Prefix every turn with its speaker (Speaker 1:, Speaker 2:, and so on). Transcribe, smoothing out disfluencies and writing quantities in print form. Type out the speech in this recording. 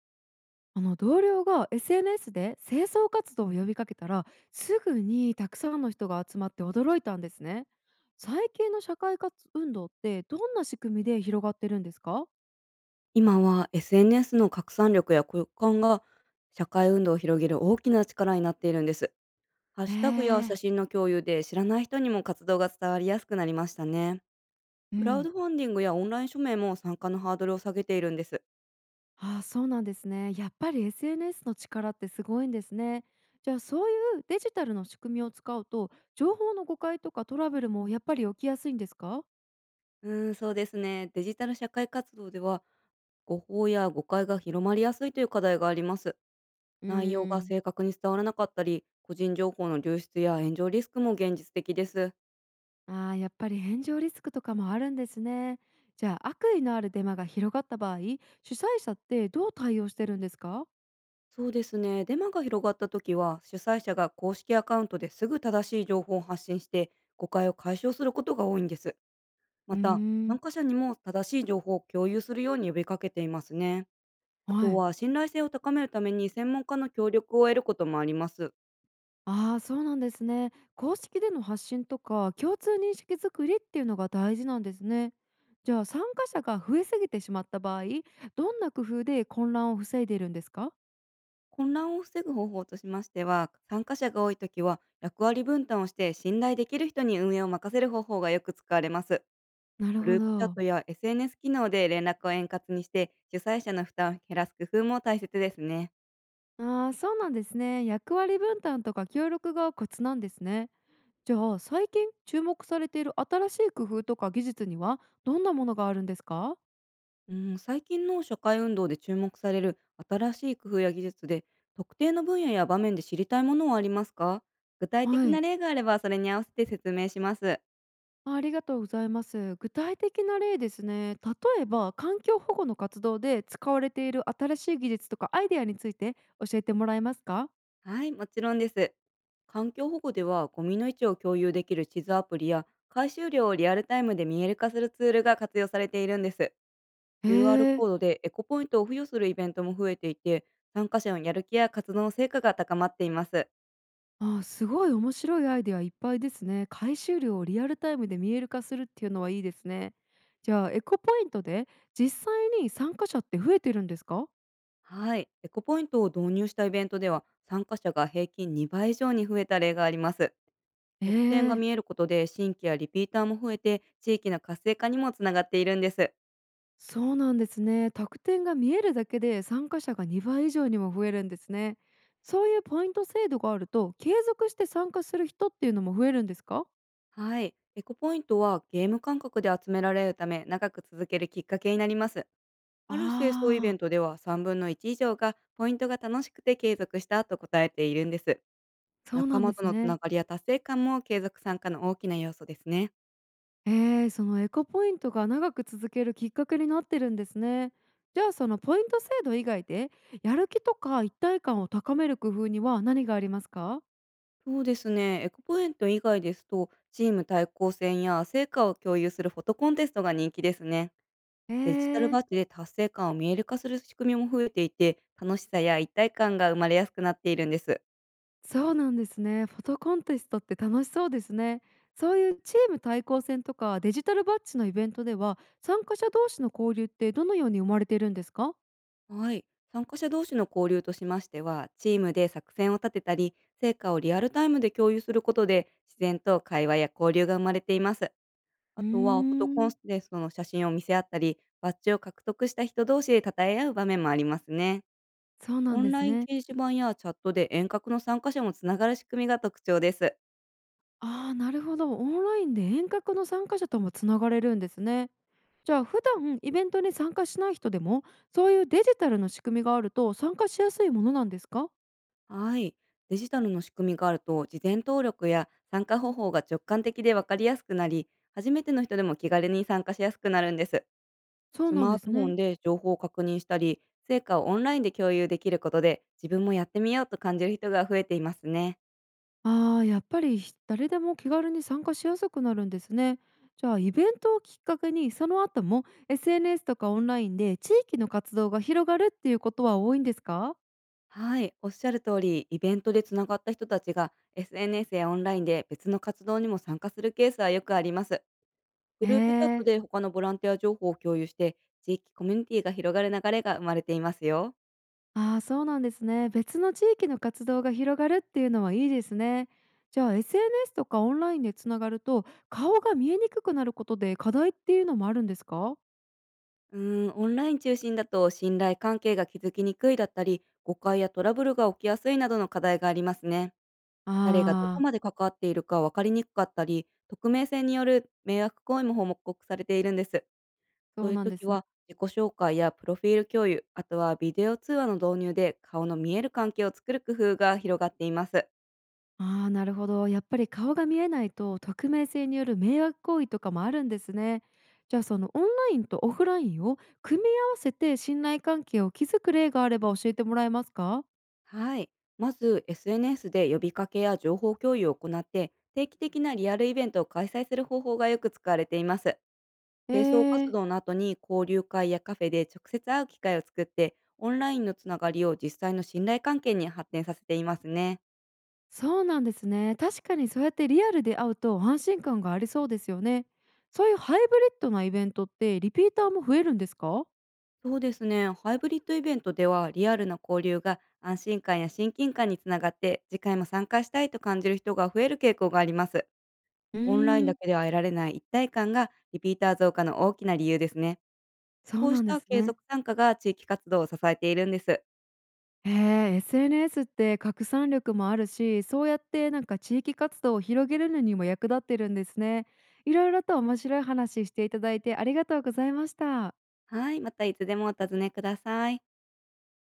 Speaker 1: あの同僚が SNS で清掃活動を呼びかけたら、すぐにたくさんの人が集まって驚いたんですね。最近の社会活運動ってどんな仕組みで広がってるんですか？
Speaker 2: 今は SNS の拡散力や空間が社会運動を広げる大きな力になっているんです。ハッ
Speaker 1: へ
Speaker 2: シュタグや
Speaker 1: えー、
Speaker 2: 写真の共有で知らない人にも活動が伝わりやすくなりましたね。
Speaker 1: う
Speaker 2: クラウ
Speaker 1: ん。
Speaker 2: ドファンディングやオンライン署名も参加のハードルを下げているんです。
Speaker 1: ああ、そうなんですね。やっぱり SNS の力ってすごいんですね。じゃあ、そういうデジタルの仕組みを使うと、情報の誤解とかトラブルもやっぱり起きやすいんですか？
Speaker 2: うーん、そうですね。デジタル社会活動では誤報や誤解が広まりやすいという課題があります。
Speaker 1: うー
Speaker 2: 内容が
Speaker 1: ん。
Speaker 2: 正確に伝わらなかったり、個人情報の流出や炎上リスクも現実的です。
Speaker 1: ああ、やっぱり炎上リスクとかもあるんですね。じゃあ悪意のあるデマが広がった場合、主催者ってどう対応してるんですか？
Speaker 2: そうですね。デマが広がった時は、主催者が公式アカウントですぐ正しい情報を発信して、誤解を解消することが多いんです。ま
Speaker 1: うー
Speaker 2: た、
Speaker 1: ん。
Speaker 2: 参加者にも正しい情報を共有するように呼びかけていますね。あと
Speaker 1: はい。
Speaker 2: は、信頼性を高めるために専門家の協力を得ることもあります。
Speaker 1: ああ、そうなんですね。公式での発信とか共通認識作りっていうのが大事なんですね。じゃあ参加者が増えすぎてしまった場合、どんな工夫で混乱を防いでいるんですか？
Speaker 2: 混乱を防ぐ方法としましては、参加者が多い時は、役割分担をして信頼できる人に運営を任せる方法がよく使われます。
Speaker 1: なる
Speaker 2: グ
Speaker 1: ほ
Speaker 2: ループチャッ
Speaker 1: ど。
Speaker 2: トや SNS 機能で連絡を円滑にして、主催者の負担を減らす工夫も大切ですね。
Speaker 1: ああ、そうなんですね。役割分担とか協力がコツなんですね。じゃあ最近注目されている新しい工夫とか技術にはどんなものがあるんですか？
Speaker 2: うん、最近の社会運動で注目される新しい工夫や技術で、特定の分野や場面で知りたいものはありますか？具体的
Speaker 1: は
Speaker 2: な
Speaker 1: い。
Speaker 2: 例があれば、それに合わせて説明します。
Speaker 1: あ、ありがとうございます。具体的な例ですね。例えば環境保護の活動で使われている新しい技術とかアイデアについて教えてもらえますか？
Speaker 2: はい、もちろんです。環境保護では、ゴミの位置を共有できる地図アプリや、回収量をリアルタイムで見える化するツールが活用されているんです。
Speaker 1: へ
Speaker 2: QR
Speaker 1: え。
Speaker 2: コードでエコポイントを付与するイベントも増えていて、参加者のやる気や活動の成果が高まっています。
Speaker 1: ああ、すごい面白いアイデアいっぱいですね。回収量をリアルタイムで見える化するっていうのはいいですね。じゃあエコポイントで実際に参加者って増えてるんですか？
Speaker 2: はい。エコポイントを導入したイベントでは、参加者が平均2倍以上に増えた例があります。特典が
Speaker 1: ええ。
Speaker 2: 見えることで、新規やリピーターも増えて、地域の活性化にもつながっているんです。
Speaker 1: そうなんですね。特点が見えるだけで参加者が2倍以上にも増えるんですね。そういうポイント制度があると継続して参加する人っていうのも増えるんですか？
Speaker 2: はい。エコポイントはゲーム感覚で集められるため、長く続けるきっかけになります。ある清掃イベ
Speaker 1: ああ
Speaker 2: ント
Speaker 1: ー、
Speaker 2: では3分の1以上がポイントが楽しくて継続したと答えているんです。
Speaker 1: そう
Speaker 2: 仲
Speaker 1: なん
Speaker 2: 間
Speaker 1: で
Speaker 2: と
Speaker 1: す
Speaker 2: のつな
Speaker 1: ね。
Speaker 2: がりや達成感も継続参加の大きな要素ですね。
Speaker 1: えー、そのエコポイントが長く続けるきっかけになってるんですね。じゃあそのポイント制度以外で、やる気とか一体感を高める工夫には何がありますか？
Speaker 2: そうですね。エコポイント以外ですと、チーム対抗戦や成果を共有するフォトコンテストが人気ですね。
Speaker 1: え
Speaker 2: デジタル
Speaker 1: ー、
Speaker 2: バッジで達成感を見える化する仕組みも増えていて、楽しさや一体感が生まれやすくなっているんです。
Speaker 1: そうなんですね。フォトコンテストって楽しそうですね。そういうチーム対抗戦とかデジタルバッジのイベントでは、参加者同士の交流ってどのように生まれているんですか？
Speaker 2: はい。参加者同士の交流としましては、チームで作戦を立てたり、成果をリアルタイムで共有することで、自然と会話や交流が生まれています。
Speaker 1: う
Speaker 2: あ
Speaker 1: ー
Speaker 2: とはフォトコン
Speaker 1: ん、
Speaker 2: テストの写真を見せ合ったり、バッジを獲得した人同士で称え合う場面もありますね。
Speaker 1: そうな
Speaker 2: オ
Speaker 1: ん
Speaker 2: ン
Speaker 1: です
Speaker 2: ライン掲
Speaker 1: ね。
Speaker 2: 示板やチャットで遠隔の参加者もつながる仕組みが特徴です。
Speaker 1: ああ、なるほど。オンラインで遠隔の参加者ともつながれるんですね。じゃあ普段イベントに参加しない人でも、そういうデジタルの仕組みがあると参加しやすいものなんですか？
Speaker 2: はい。デジタルの仕組みがあると、事前登録や参加方法が直感的で分かりやすくなり、初めての人でも気軽に参加しやすくなるんです。
Speaker 1: そう
Speaker 2: ス
Speaker 1: なん
Speaker 2: マ
Speaker 1: で
Speaker 2: ー
Speaker 1: す
Speaker 2: トフォ
Speaker 1: ね。
Speaker 2: ンで情報を確認したり、成果をオンラインで共有できることで、自分もやってみようと感じる人が増えていますね。
Speaker 1: ああ、やっぱり誰でも気軽に参加しやすくなるんですね。じゃあイベントをきっかけに、その後も SNS とかオンラインで地域の活動が広がるっていうことは多いんですか？
Speaker 2: はい、おっしゃる通り、イベントでつながった人たちが SNS やオンラインで別の活動にも参加するケースはよくあります。グ
Speaker 1: へ
Speaker 2: ループチャット
Speaker 1: え、
Speaker 2: で他のボランティア情報を共有して、地域コミュニティが広がる流れが生まれていますよ。
Speaker 1: ああ、そうなんですね。別の地域の活動が広がるっていうのはいいですね。じゃあ SNS とかオンラインでつながると、顔が見えにくくなることで課題っていうのもあるんですか？
Speaker 2: うーん、オンライン中心だと信頼関係が築きにくいだったり、誤解やトラブルが起きやすいなどの課題がありますね。
Speaker 1: あ
Speaker 2: 誰がど
Speaker 1: あー、
Speaker 2: こまで関わっているか分かりにくかったり、匿名性による迷惑行為も報告されているんです。
Speaker 1: そ
Speaker 2: そう
Speaker 1: う
Speaker 2: いう
Speaker 1: なんで
Speaker 2: 時
Speaker 1: すね。
Speaker 2: は、自己紹介やプロフィール共有、あとはビデオ通話の導入で顔の見える関係を作る工夫が広がっています。
Speaker 1: ああ、なるほど。やっぱり顔が見えないと、匿名性による迷惑行為とかもあるんですね。じゃあ、そのオンラインとオフラインを組み合わせて信頼関係を築く例があれば教えてもらえますか？
Speaker 2: はい。まず、SNS で呼びかけや情報共有を行って、定期的なリアルイベントを開催する方法がよく使われています。
Speaker 1: え
Speaker 2: 清掃活
Speaker 1: ー、
Speaker 2: 動の後に交流会やカフェで直接会う機会を作って、オンラインのつながりを実際の信頼関係に発展させていますね。
Speaker 1: そうなんですね。確かにそうやってリアルで会うと安心感がありそうですよね。そういうハイブリッドなイベントってリピーターも増えるんですか？
Speaker 2: そうですね。ハイブリッドイベントではリアルな交流が安心感や親近感につながって次回も参加したいと感じる人が増える傾向があります。
Speaker 1: うー
Speaker 2: オンラインだ
Speaker 1: ん、
Speaker 2: けでは得られない一体感がリピーター増加の大きな理由ですね。
Speaker 1: そう
Speaker 2: こう
Speaker 1: な
Speaker 2: し
Speaker 1: んで
Speaker 2: た
Speaker 1: す
Speaker 2: 継
Speaker 1: ね。
Speaker 2: 続参加が地域活動を支えているんです。
Speaker 1: へえ、SNS って拡散力もあるし、そうやってなんか地域活動を広げるのにも役立ってるんですね。いろいろと面白い話していただいてありがとうございました。
Speaker 2: はい、またいつでもお尋ねください。